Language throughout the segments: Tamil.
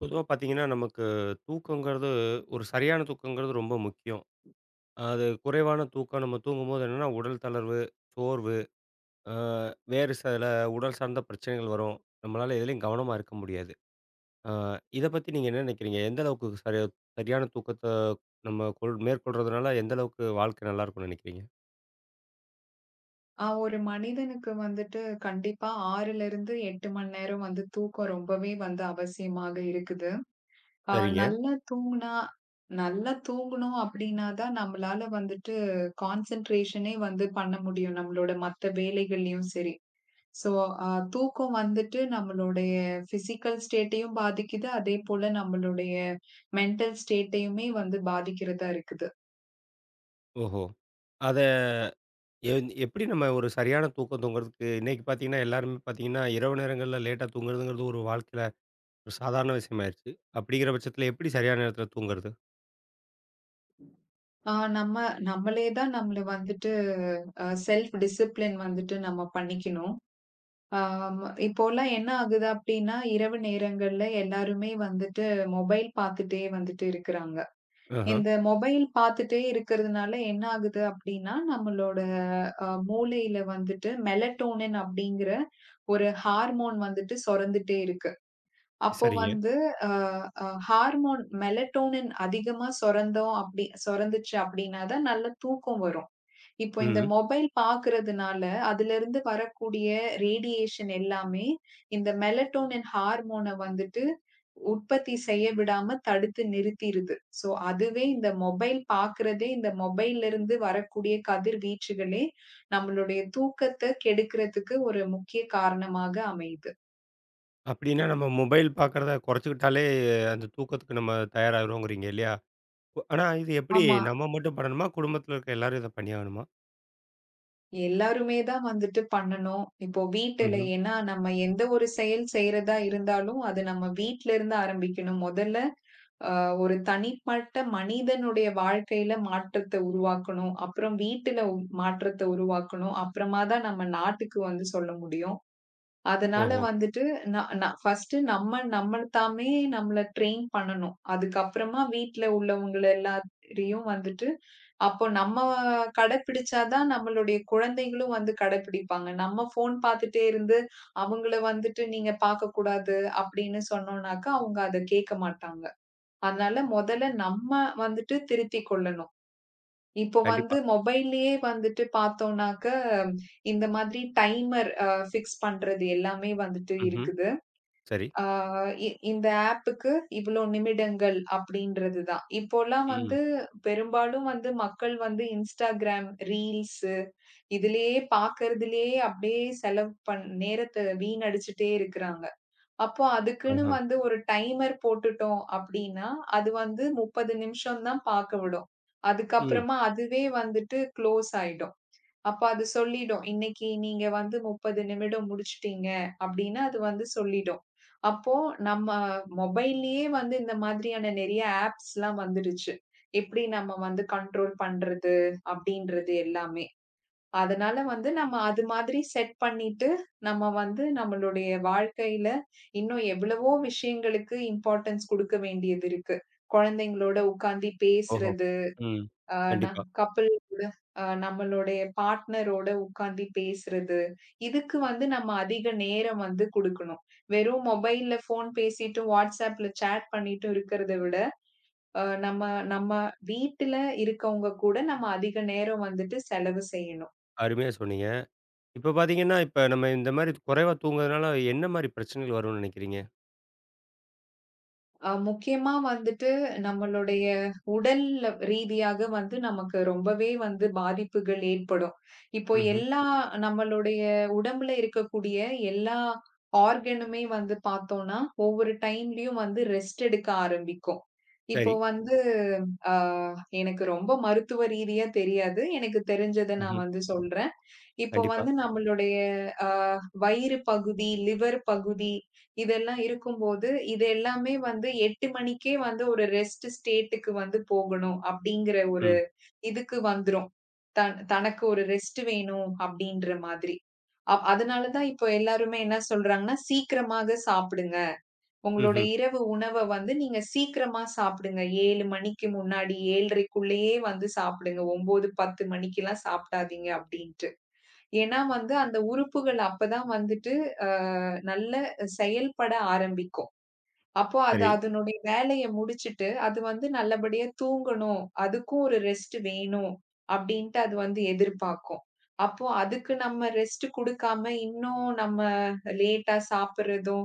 பொதுவா பார்த்தீங்கன்னா, நமக்கு தூக்கங்கிறது ஒரு சரியான தூக்கங்கிறது ரொம்ப முக்கியம். அது குறைவான தூக்கம் நம்ம தூங்கும்போது என்னன்னா, உடல் தளர்வு, சோர்வு, அ வேறு சில உடல் சார்ந்த பிரச்சனைகள் வரும். நம்மளால எதுலயும் கவனமா இருக்க முடியாது. அ இத பத்தி நீங்க என்ன நினைக்கிறீங்க? எந்த அளவுக்கு சரியான தூக்கத்த நம்ம மேற்கொள்றதுனால எந்த அளவுக்கு வாழ்க்கை நல்லாருக்கும்னு நினைக்கிறீங்க? ஒரு மனிதனுக்கு வந்துட்டு கண்டிப்பா 6ல இருந்து 8 மணி நேரம் வந்து தூக்கம் ரொம்பவே வந்து அவசியமாக இருக்குது. ஆ சரிங்க. நல்லா தூங்குனா நல்லா தூங்கணும் அப்டின்னா தான் நம்மளால வந்துட்டு கான்சன்ட்ரேஷனே வந்து பண்ண முடியும். நம்மளோட மத்த வேலைகள்லயும் சரி. ஸோ அ தூக்கம் வந்துட்டு நம்மளுடைய ஃபிசிக்கல் ஸ்டேட்டையும் பாதிக்குது. அதேபோல நம்மளுடைய மென்டல் ஸ்டேட்டையுமே வந்து பாதிக்கிறதா இருக்குது. ஓஹோ! அத எப்படி நம்ம ஒரு சரியான தூக்கம் தூங்குறதுக்கு இன்னைக்கு பார்த்தீங்கன்னா, எல்லாருமே பார்த்தீங்கன்னா, இரவு நேரங்கள்ல லேட்டா தூங்குறதுங்கிறது ஒரு வாழ்க்கையில ஒரு சாதாரண விஷயமாயிருச்சு. அப்படிங்கிற பட்சத்தில எப்படி சரியான நேரத்தில தூங்குறது? நம்ம நம்மளே தான் நம்மள வந்துட்டு செல்ஃப் டிசிப்ளின் வந்துட்டு நம்ம பண்ணிக்கணும். ஆம், இப்போலாம் என்ன ஆகுது அப்டின்னா, இரவு நேரங்கள்ல எல்லாருமே வந்துட்டு மொபைல் பார்த்துட்டே வந்துட்டு இருக்குறாங்க. ஆஹ. இந்த மொபைல் பார்த்துட்டே இருக்கிறதுனால என்ன ஆகுது அப்டின்னா, நம்மளோட மூளையில வந்துட்டு மெலட்டோனின் அப்டிங்கிற ஒரு ஹார்மோன் வந்துட்டு சுரந்துட்டே இருக்கு. அப்போ சரிங்க. வந்து அ அ ஹார்மோன் மெலட்டோனின் அதிகமா சுரந்தோம் அப்டி சுரந்துச்சு அப்டின்னா தான் நல்ல தூக்கம் வரும். இப்போ இந்த ம். மொபைல் பாக்குறதுனால, அதிலிருந்து வரக்கூடிய ரேடியேஷன் எல்லாமே, இந்த மெலட்டோனின் ஹார்மோன வந்துட்டு உற்பத்தி செய்ய விடாம தடுத்து நிறுத்திருது. ஸோ, அதுவே இந்த மொபைல் பாக்குறதே, இந்த மொபைல்லருந்து வரக்கூடிய கதிர்வீச்சுகளே, நம்மளுடைய தூக்கத்த கெடுக்கிறதுக்கு ஒரு முக்கிய காரணமாக அமையுது. அப்படின்னா நம்ம மொபைல் பார்க்கறத குறைச்சுக்கிட்டாலே, அந்த தூக்கத்துக்கு நம்ம தயாராகிறோங்கிறீங்க இல்லையா? ஆனா இது எப்படி ஆமா. நம்ம மட்டும் பண்ணணுமா? குடும்பத்தில இருக்க எல்லாரும் இத பண்ணியாகணுமா? எல்லாருமே தான் வந்துட்டு பண்ணணும். இப்போ வீட்டுல ம்ஹ்ம். ஏன்னா நம்ம எந்த ஒரு செயல் செய்றதா இருந்தாலும், அது நம்ம வீட்ல இருந்து ஆரம்பிக்கணும். முதல்ல அ ஒரு தனிப்பட்ட மனிதனுடைய வாழ்க்கையில மாற்றத்த உருவாக்கணும். அப்புறம் வீட்டுல மாற்றத்த உருவாக்கணும். அப்புறமா தான் நம்ம நாட்டுக்கு வந்து சொல்ல முடியும். அதனால ஓஹோ! வந்துட்டு ந ந ஃபர்ஸ்ட்டு நம்ம நம்மள தாமே நம்மள ட்ரெயின் பண்ணணும். அதுக்கப்புறமா வீட்ல உள்ளவங்கள எல்லாரையும் வந்துட்டு அப்போ நம்ம கடைப்பிடிச்சா தான் நம்மளுடைய குழந்தைகளும் வந்து கடைப்பிடிப்பாங்க. நம்ம ஃபோன் பார்த்துட்டே இருந்து, அவங்கள வந்துட்டு "நீங்க பார்க்கக்கூடாது" அப்படின்னு சொன்னோம்னாக்கா, அவங்க அத கேட்க மாட்டாங்க. அதனால முதல்ல நம்ம வந்துட்டு திருத்திக் கொள்ளணும். இப்போ கண்டிப்பா. வந்து மொபைல்லயே வந்துட்டு பார்த்தோம்னாக்க, இந்த மாதிரி டைமர் ஃபிக்ஸ் பண்றது எல்லாமே வந்துட்டு ம்ஹ்ம். இருக்குது. சரி. ஆ இ இந்த ஆப்புக்கு இவ்ளோ நிமிடங்கள் அப்படின்றது தான். இப்போலாம் ம். வந்து பெரும்பாலும் வந்து மக்கள் வந்து Instagram ரீல்ஸு இதிலேயே பார்க்கறதிலேயே அப்படியே செலவு நேரத்த வீணடிச்சுட்டே இருக்கிறாங்க. அப்போ அதுக்குன்னு ஆஹா. வந்து ஒரு டைமர் போட்டுட்டோம் அப்படின்னா, அது வந்து 30 நிமிஷம் தான் பார்க்க விடும். ம். அதுக்கப்புறமா அதுவே வந்துட்டு க்ளோஸ் ஆயிடும். அப்ப அது சொல்லிடும். "இன்னைக்கு நீங்க வந்து 30 நிமிடம் முடிச்சுட்டீங்க." அப்படின்னு அது வந்து சொல்லிடும். அப்போ நம்ம மொபைல்லயே வந்து இந்த மாதிரியான நெறைய ஆப்ஸ்லாம் வந்துடுச்சு. எப்படி நம்ம வந்து கண்ட்ரோல் பண்றது அப்படின்றது எல்லாமே. அதனால வந்து நம்ம அது மாதிரி செட் பண்ணிட்டு, நம்ம வந்து நம்மளுடைய வாழ்க்கையில இன்னும் எவ்வளவோ விஷயங்களுக்கு இம்பார்ட்டன்ஸ் குடுக்க வேண்டியது இருக்கு. குழந்தைங்களோட உட்கார்ந்து ஓஹோ! பேசுறது. ம். அ நான் கண்டிப்பா. கப்புலோட அ நம்மளுடைய பார்ட்னரோட உட்காந்து பேசுறது. இதுக்கு வந்து நம்ம அதிக நேரம் வந்து குடுக்கணும். வெறும் மொபைல்ல ஃபோன் பேசிட்டு, WhatsAppல சேட் பண்ணிட்டு இருக்கிறத விட, அ நம்ம நம்ம வீட்டுல இருக்கவங்க கூட நம்ம அதிக நேரம் வந்துட்டு செலவு செய்யணும். அருமையா சொன்னீங்க. இப்ப பார்த்தீங்கன்னா, இப்ப நம்ம இந்த மாரி குறைவா தூங்குறதுனால என்ன மாரி பிரச்சனைகள் வரும்னு நினைக்கிறீங்க? முக்கியமா வந்துட்டு நம்மளுடைய உடல் ரீதியாக வந்து நமக்கு ரொம்பவே வந்து பாதிப்புகள் ஏற்படும். இப்போ ம்ஹ்ம். நம்மளுடைய உடம்புல இருக்கக்கூடிய எல்லா ஆர்கனுமே வந்து பார்த்தோம்னா, ஒவ்வொரு டைம்லயும் வந்து ரெஸ்ட் எடுக்க ஆரம்பிக்கும். இப்போ சரி. வந்து அ எனக்கு ரொம்ப மருத்துவ ரீதியா தெரியாது. எனக்கு தெரிஞ்சத நான் ம்ஹ்ம். வந்து சொல்றேன். இப்போ கண்டிப்பா. வந்து நம்மளுடைய அ வயிறு பகுதி, லிவர் பகுதி இதெல்லாம் இருக்கும்போது, இது எல்லாமே வந்து 8 மணிக்கே வந்து ஒரு ரெஸ்ட் ஸ்டேட்டுக்கு வந்து போகணும் அப்படிங்கிற ஒரு ம். இதுக்கு வந்துரும். தனக்கு ஒரு ரெஸ்ட் வேணும் அப்படின்ற மாதிரி. அதனால தான் இப்போ எல்லாருமே என்ன சொல்றாங்கன்னா, "சீக்கிரமாக சாப்பிடுங்க. உங்களோட ம்ஹ்ம். இரவு உணவ வந்து நீங்க சீக்கிரமா சாப்பிடுங்க. 7 மணிக்கு முன்னாடி 7:30க்குள்ளேயே வந்து சாப்பிடுங்க. 9, 10 மணிக்கெல்லாம் சாப்பிடாதீங்க" அப்படின்ட்டு. ஏன்னா வந்து அந்த உறுப்புகள் அப்பதான் வந்துட்டு அ நல்ல செயல்பட ஆரம்பிக்கும். அப்போ அது சரி. அதனுடைய வேலைய முடிச்சுட்டு, அது வந்து நல்லபடியா தூங்கணும், அதுக்கும் ஒரு ரெஸ்ட் வேணும் அப்படின்ட்டு அது வந்து எதிர்பார்க்கும். அப்போ அதுக்கு நம்ம ரெஸ்ட் குடுக்காம இன்னும் நம்ம லேட்டா சாப்பிடுறதும்,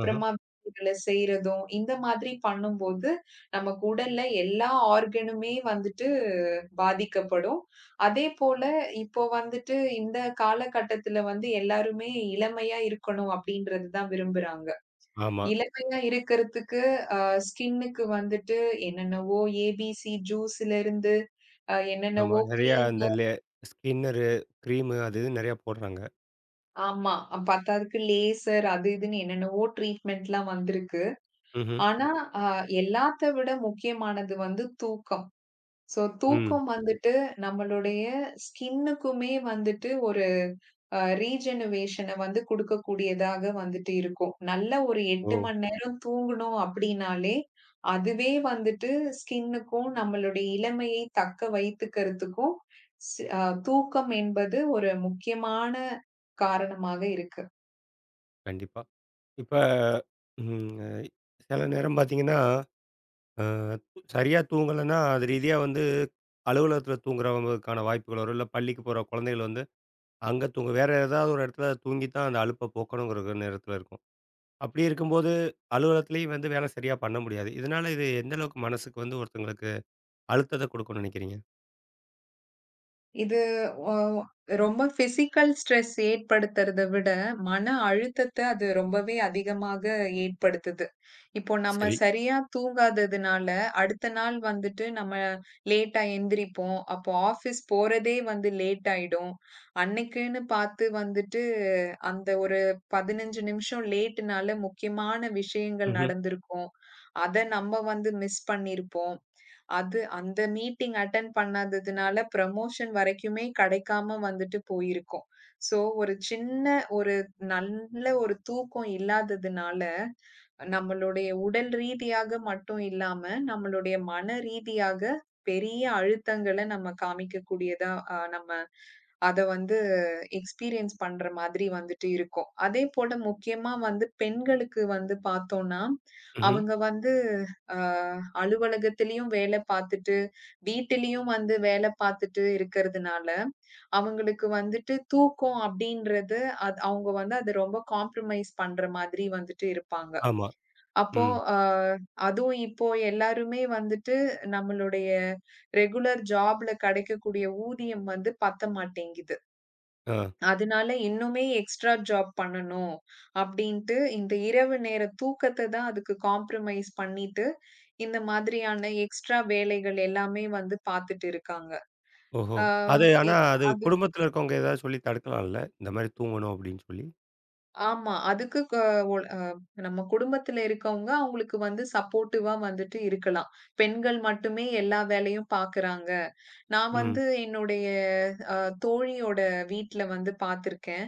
ஆஹ. வேலைகள செய்றதும், இந்த மாதிரி பண்ணும்போது நமக்கு உடல்ல எல்லா ஆர்கனுமே வந்துட்டு பாதிக்கப்படும். அதே போல இப்போ வந்துட்டு இந்த காலகட்டத்துல வந்து எல்லாருமே இளமையா இருக்கணும் அப்படின்றது தான் விரும்புறாங்க. ஆமா, இளமையா இருக்கிறதுக்கு ஸ்கின்னுக்கு வந்துட்டு என்னென்னவோ ஏபிசி ஜூஸ்ல இருந்து ஆமா. என்னென்னவோ நெறையா கிரீம் அந்த ஸ்கின்னரு, கிரீமு அது இதுன்னு நெறையா போடுறாங்க. ஆமா. பத்தாததுக்கு லேசர் அது இதுன்னு என்னென்னவோ ட்ரீட்மெண்ட்லாம் வந்திருக்கு. ம்ஹ்ம். ஆனா அ எல்லாத்த விட முக்கியமானது வந்து தூக்கம். சோ ம். தூக்கம் வந்துட்டு நம்மளுடைய ஸ்கின்னுக்குமே வந்துட்டு ஒரு ரீஜெனரேஷன வந்து குடுக்கக்கூடியதாக வந்துட்டு இருக்கும். நல்ல ஒரு ஓ! 8 மணி நேரம் தூங்கணும் அப்டின்னாலே, அதுவே வந்துட்டு ஸ்கின்னுக்கும், நம்மளுடைய இளமையை தக்க வைத்துக்கிறதுக்கும், ஸ் அ தூக்கம் என்பது ஒரு முக்கியமான காரணமாக இருக்கு. கண்டிப்பா. இப்ப ம் அ சில நேரம் பார்த்தீங்கன்னா, சரியா தூங்கலன்னா, அது ரீதியா வந்து அலுவலகத்தில தூங்குறவங்களுக்கான வாய்ப்புகள் வரும். இல்ல பள்ளிக்கு போற குழந்தைகள் வந்து அங்க தூங்க வேற ஏதாவது ஒரு இடத்துல தூங்கி தான் அந்த அலுப்ப போக்கணுங்கிற நேரத்தில இருக்கும். அப்படி இருக்கும்போது அலுவலகத்திலயும் வந்து வேலை சரியா பண்ண முடியாது. இதனால இது எந்த அளவுக்கு மனசுக்கு வந்து ஒருத்தங்களுக்கு அழுத்தத்த குடுக்கும்னு நினைக்கிறீங்க? இது ஒ ரொம்ப பிசிக்கல் ஸ்ட்ரெஸ் ஏற்படுத்துறத விட, மன அழுத்தத்த அது ரொம்பவே அதிகமாக ஏற்படுத்துது. இப்போ நம்ம சரி. சரியா தூங்காததுனால, அடுத்த நாள் வந்துட்டு நம்ம லேட்டா எந்திரிப்போம். அப்போ ஆஃபீஸ் போறதே வந்து லேட் ஆயிடும். அன்னைக்குன்னு பார்த்து வந்துட்டு, அந்த ஒரு 15 நிமிஷம் லேட்னால முக்கியமான விஷயங்கள் ம்ஹ்ம், நடந்திருக்கும். அத நம்ம வந்து மிஸ் பண்ணியிருப்போம். அது அந்த மீட்டிங் அட்டெண்ட் பண்ணாததுனால ப்ரமோஷன் வரைக்குமே கிடைக்காம வந்துட்டு போயிருக்கும். சோ, ஒரு சின்ன ஒரு நல்ல ஒரு தூக்கம் இல்லாததுனால, நம்மளுடைய உடல் ரீதியாக மட்டும் இல்லாம, நம்மளுடைய மன ரீதியாக பெரிய அழுத்தங்கள நம்ம காமிக்கக்கூடியதா, நம்ம அத வந்து எக்ஸ்பீரியன்ஸ் பண்ற மாதிரி வந்துட்டு இருக்கும். அதேபோல முக்கியமா வந்து பெண்களுக்கு வந்து பார்த்தோம்னா, ம்ஹ்ம். அவங்க வந்து அ அலுவலகத்திலயும் வேல பார்த்துட்டு, வீட்டிலயும் வந்து வேல பார்த்துட்டு இருக்கிறதுனால, அவங்களுக்கு வந்துட்டு தூக்கம் அப்படின்றது, அது அவங்க வந்து அத ரொம்ப காம்ப்ரமைஸ் பண்ற மாதிரி வந்துட்டு இருப்பாங்க. ஆமா. அப்போ, ம். அ அதுவும் இப்போ எல்லாருமே வந்துட்டு நம்மளுடைய ரெகுலர் ஜாப்ல கிடைக்கக்கூடிய ஊதியம் வந்து பத்த மாட்டேங்குது. ஆ. அதனால இன்னுமே எக்ஸ்ட்ரா ஜாப் பண்ணணும் அப்படின்ட்டு, இந்த இரவு நேர தூக்கத்த தான் அதுக்கு காம்ப்ரமைஸ் பண்ணிட்டு, இந்த மாதிரியான எக்ஸ்ட்ரா வேலைகள் எல்லாமே வந்து பார்த்துட்டு இருக்காங்க. ஓஹோ! அ அது இ ஆனா அது அது குடும்பத்தில இருக்கவங்க ஏதாவது சொல்லி தடுக்கலாம்ல? இந்த மாரி தூங்கணும் அப்படின்னு சொல்லி. ஆமா. அதுக்கு க ஒல் அ நம்ம குடும்பத்துல இருக்கவங்க அவங்களுக்கு வந்து சப்போர்ட்டிவா வந்துட்டு இருக்கலாம். பெண்கள் மட்டுமே எல்லா வேலையும் பார்க்குறாங்க. நான் ம். வந்து என்னுடைய அ தோழியோட வீட்ல வந்து பார்த்துருக்கேன்.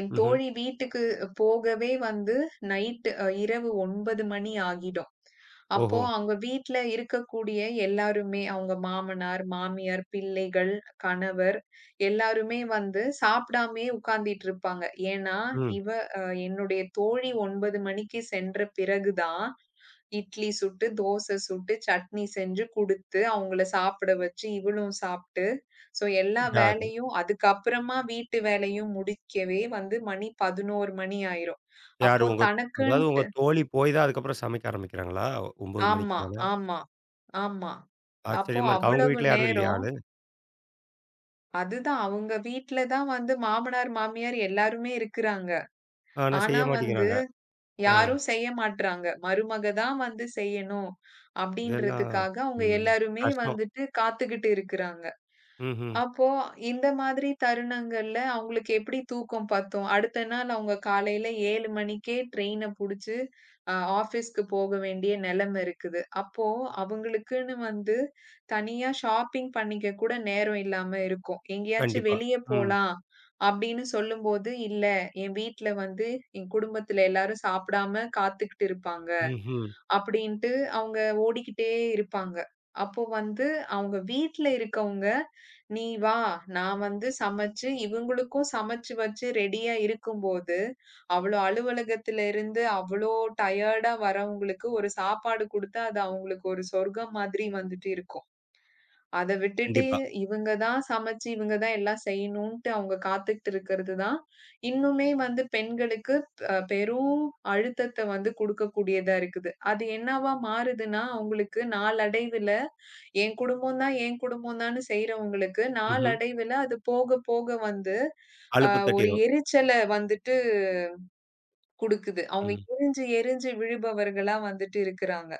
என் ம்ஹ்ம். தோழி வீட்டுக்கு போகவே வந்து நைட் அ இரவு 9 மணி ஆகிடும். அப்போ ஓஹோ! அவங்க வீட்ல இருக்கக்கூடிய எல்லாருமே அவங்க மாமனார், மாமியார், பிள்ளைகள், கணவர் எல்லாருமே வந்து சாப்பிடாமயே உட்கார்ந்துட்டு இருப்பாங்க. ஏன்னா, ம். இவ என்னுடைய தோழி 9:00 மணிக்கு சென்ற பிறகு தான், இட்லி சுட்டு, தோசை சுட்டு, சட்னி செஞ்சு குடுத்து, அவங்கள சாப்பிட வச்சு, இவளும் சாப்ட்டு, ஸோ எல்லா யாரு? வேலையும் அதுக்கப்புறமா வீட்டு வேலையும் முடிக்கவே வந்து மணி 11:00 மணி ஆயிரும். யாரு அப்போ உங்க அதாவது உங்க தனக்குன்ட்டு தோழி போய் தான் அதுக்கப்புறம் சமைக்க ஆரம்பிக்கிறாங்களா? 9 மணிக்கு ஆமா, மேல? ஆமா, ஆமா. அப்போ ஆச்சரியமா இருக்கு. அவங்க அவ்வளவு வீட்ல யாரும் இல்லையா நேரம் ஆளு? அதுதான் அவங்க வீட்ல தான் வந்து மாமனார், மாமியார் எல்லாருமே இருக்குறாங்க. ஆனா ஆனா செய்ய வந்து மாட்டேங்கிறாங்க. ஆ. யாரும் செய்ய மாட்றாங்க. மருமக தான் வந்து செய்யணும், இதெல்லாம் அப்படின்றதுக்காக அவங்க ம். எல்லாருமே கஷ்டம். வந்துட்டு காத்துக்கிட்டு இருக்குறாங்க. ம்ஹ்ம். அப்போ, இந்த மாதிரி தருணங்கள்ல அவங்களுக்கு எப்படி தூக்கம் பத்தும்? அடுத்த நாள் அவங்க காலையில 7 மணிக்கே ட்ரெயின புடிச்சு அ ஆஃபீஸ்க்கு போக வேண்டிய நெலைம இருக்குது. அப்போ அவங்களுக்குன்னு வந்து தனியா ஷாப்பிங் பண்ணிக்க கூட நேரம் இல்லாம இருக்கும். எங்கேயாச்சும் கண்டிப்பா. வெளிய ம். போலாம் அப்படின்னு சொல்லும்போது, "இல்ல, என் வீட்ல வந்து என் குடும்பத்துல எல்லாரும் சாப்பிடாம காத்துக்கிட்டு இருப்பாங்க. ம்ஹ்ம். அப்படின்ட்டு அவங்க ஓடிக்கிட்டே இருப்பாங்க. அப்போ வந்து அவங்க வீட்ல இருக்கவங்க, "நீ வா, நான் வந்து சமைச்சு இவங்களுக்கும் சமைச்சு வச்சு ரெடியா இருக்கும்போது, அவ்ளோ அலுவலகத்துல இருந்து அவ்ளோ டயர்டா வரவங்களுக்கு ஒரு சாப்பாடு குடுத்தா, அது அவங்களுக்கு ஒரு சொர்க்கம் மாதிரி வந்துட்டு இருக்கும்." அத விட்டுட்டு கண்டிப்பா. இவங்க தான் சமைச்சு, இவங்க தான் எல்லாம் செய்யணுன்ட்டு அவங்க காத்துக்கிட்டு இருக்கிறது தான், இன்னுமே வந்து பெண்களுக்கு பெரும் அழுத்தத்த வந்து குடுக்கக்கூடியதா இருக்குது. அது என்னவா மாறுதுன்னா, அவங்களுக்கு நாளடைவில என் குடும்பம் தான், என் குடும்பம் தான்னு செய்றவங்களுக்கு, ம்ஹ்ம். நாளடைவில அது போக போக வந்து அ அலுப்பு ஒரு தட்டிரும். எரிச்சல வந்துட்டு குடுக்குது. அவங்க ம். எரிஞ்சு எரிஞ்சு விழுபவர்களா வந்துட்டு இருக்கிறாங்க.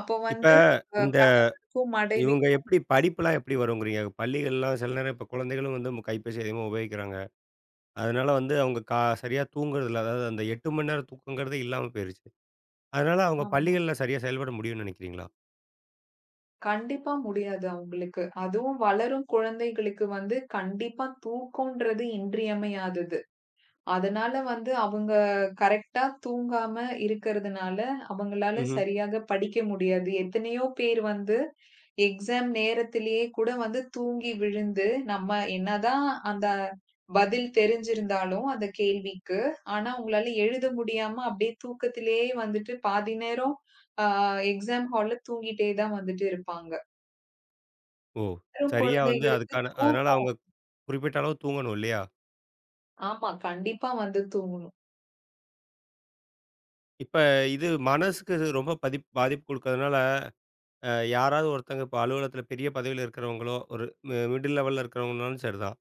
அப்போ இப்ப வந்து இந்த கணவருக்கும் மனைவி இவங்க எப்படி படிப்புலாம் எப்படி வருங்கிறீங்க? பள்ளிகள்லாம் சில நேரம் இப்ப குழந்தைகளும் வந்து கைபேசி அதிகமா உபயோகிக்கிறாங்க. அதனால வந்து அவங்க சரியா தூங்குறதில்ல. அதாவது அந்த 8 மணி நேரம் தூக்கங்கிறதே இல்லாம போயிருச்சு. அதனால அவங்க ஆமா. பள்ளிகள்ல சரியா செயல்பட முடியும்னு நினைக்கிறீங்களா? கண்டிப்பா முடியாது அவங்களுக்கு. அதுவும் வளரும் குழந்தைகளுக்கு வந்து கண்டிப்பா தூக்கம்ன்றது இன்றியமையாதது. அதனால வந்து அவங்க கரெக்ட்டா தூங்காம இருக்கறதுனால, அவங்களால ம்ஹ்ம். சரியாக படிக்க முடியாது. எத்தனையோ பேர் வந்து எக்ஸாம் நேரத்திலேயே கூட வந்து தூங்கி விழுந்து, நம்ம என்னதான் அந்த பதில் தெரிஞ்சிருந்தாலும் அந்த கேள்விக்கு, ஆனா அவங்களால எழுத முடியாம அப்படியே தூக்கத்திலேயே வந்துட்டு பாதி நேரம் அ எக்ஸாம் ஹால்ல தூங்கிட்டே தான் வந்துட்டு இருப்பாங்க. ஓ! வெறும் சரியா வந்து குழந்தைகளுக்கு அதுக்கான அதனால அவங்க குறிப்பிட்ட அளவு தூங்கணும் இல்லையா? ஆமா. கண்டிப்பா வந்து தூங்கணும். இப்ப இது மனசுக்கு இது ரொம்ப பாதிப்பு குடுக்கறதுனால, அ யாராவது ஒருத்தங்க இப்ப அலுவலகத்தில பெரிய பதவியில இருக்கிறவங்களோ, ஒரு மிடில் லெவல்ல இருக்கிறவங்கனாலும் சரிதான்.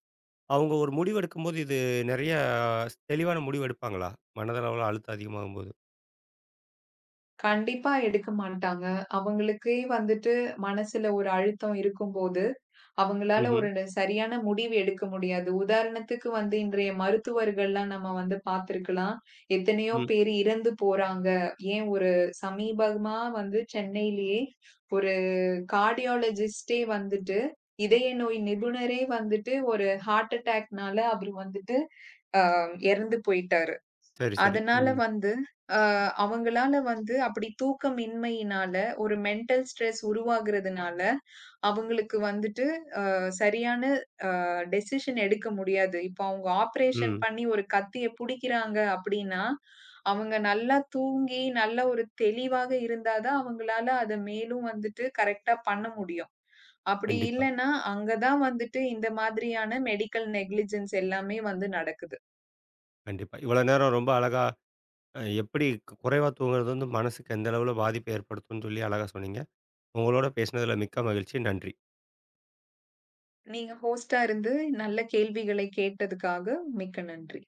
அவங்க ஒரு முடிவு எடுக்கும்போது இது நெறைய தெளிவான முடிவு எடுப்பாங்களா? மனதளவுல அழுத்தம் அதிகமாகும்போது? கண்டிப்பா எடுக்க மாட்டாங்க. அவங்களுக்கே வந்துட்டு மனசுல ஒரு அழுத்தம் இருக்கும்போது, அவங்களால ம்ஹ்ம். ஒரு சரியான முடிவு எடுக்க முடியாது. உதாரணத்துக்கு வந்து இன்றைய மருத்துவர்கள்லாம் நம்ம வந்து பார்த்திருக்கலாம். எத்தனையோ ம். பேர் இறந்து போறாங்க. ஏன் ஒரு சமீபமா வந்து சென்னையிலேயே ஒரு கார்டியாலஜிஸ்ட்டே வந்துட்டு, இதய நோய் நிபுணரே வந்துட்டு ஒரு ஹார்ட் அட்டாக்னால அவரு வந்துட்டு இறந்து போயிட்டாரு. சரி. அதனால ம். வந்து, அ அவங்களால வந்து அப்படி தூக்கமின்மையினால, ஒரு மென்டல் ஸ்ட்ரெஸ் உருவாகுறதுனால, அவங்களுக்கு வந்துட்டு சரியான டெசிஷன் எடுக்க முடியாது. இப்ப அவங்க ஆப்ரேஷன் ம். பண்ணி ஒரு கத்திய புடிக்கிறாங்க அப்படின்னா, அவங்க நல்லா தூங்கி, நல்ல ஒரு தெளிவாக இருந்தா தான் அவங்களால அத மேலும் வந்துட்டு கரெக்ட்டா பண்ண முடியும். அப்படி கண்டிப்பா. இல்லன்னா, அங்க தான் வந்துட்டு இந்த மாதிரியான மெடிக்கல் நெக்லிஜென்ஸ் எல்லாமே வந்து நடக்குது. கண்டிப்பா. இவ்வளோ நேரம் ரொம்ப அழகா எப்படி குறைவா தூங்குறது வந்து மனசுக்கு எந்த அளவுல பாதிப்பை ஏற்படுத்தும்னு சொல்லி அழகா சொன்னீங்க. உங்களோட பேசினதுல மிக்க மகிழ்ச்சி. நன்றி. நீங்க ஹோஸ்ட்டா இருந்து நல்ல கேள்விகளை கேட்டதுக்காக மிக்க நன்றி.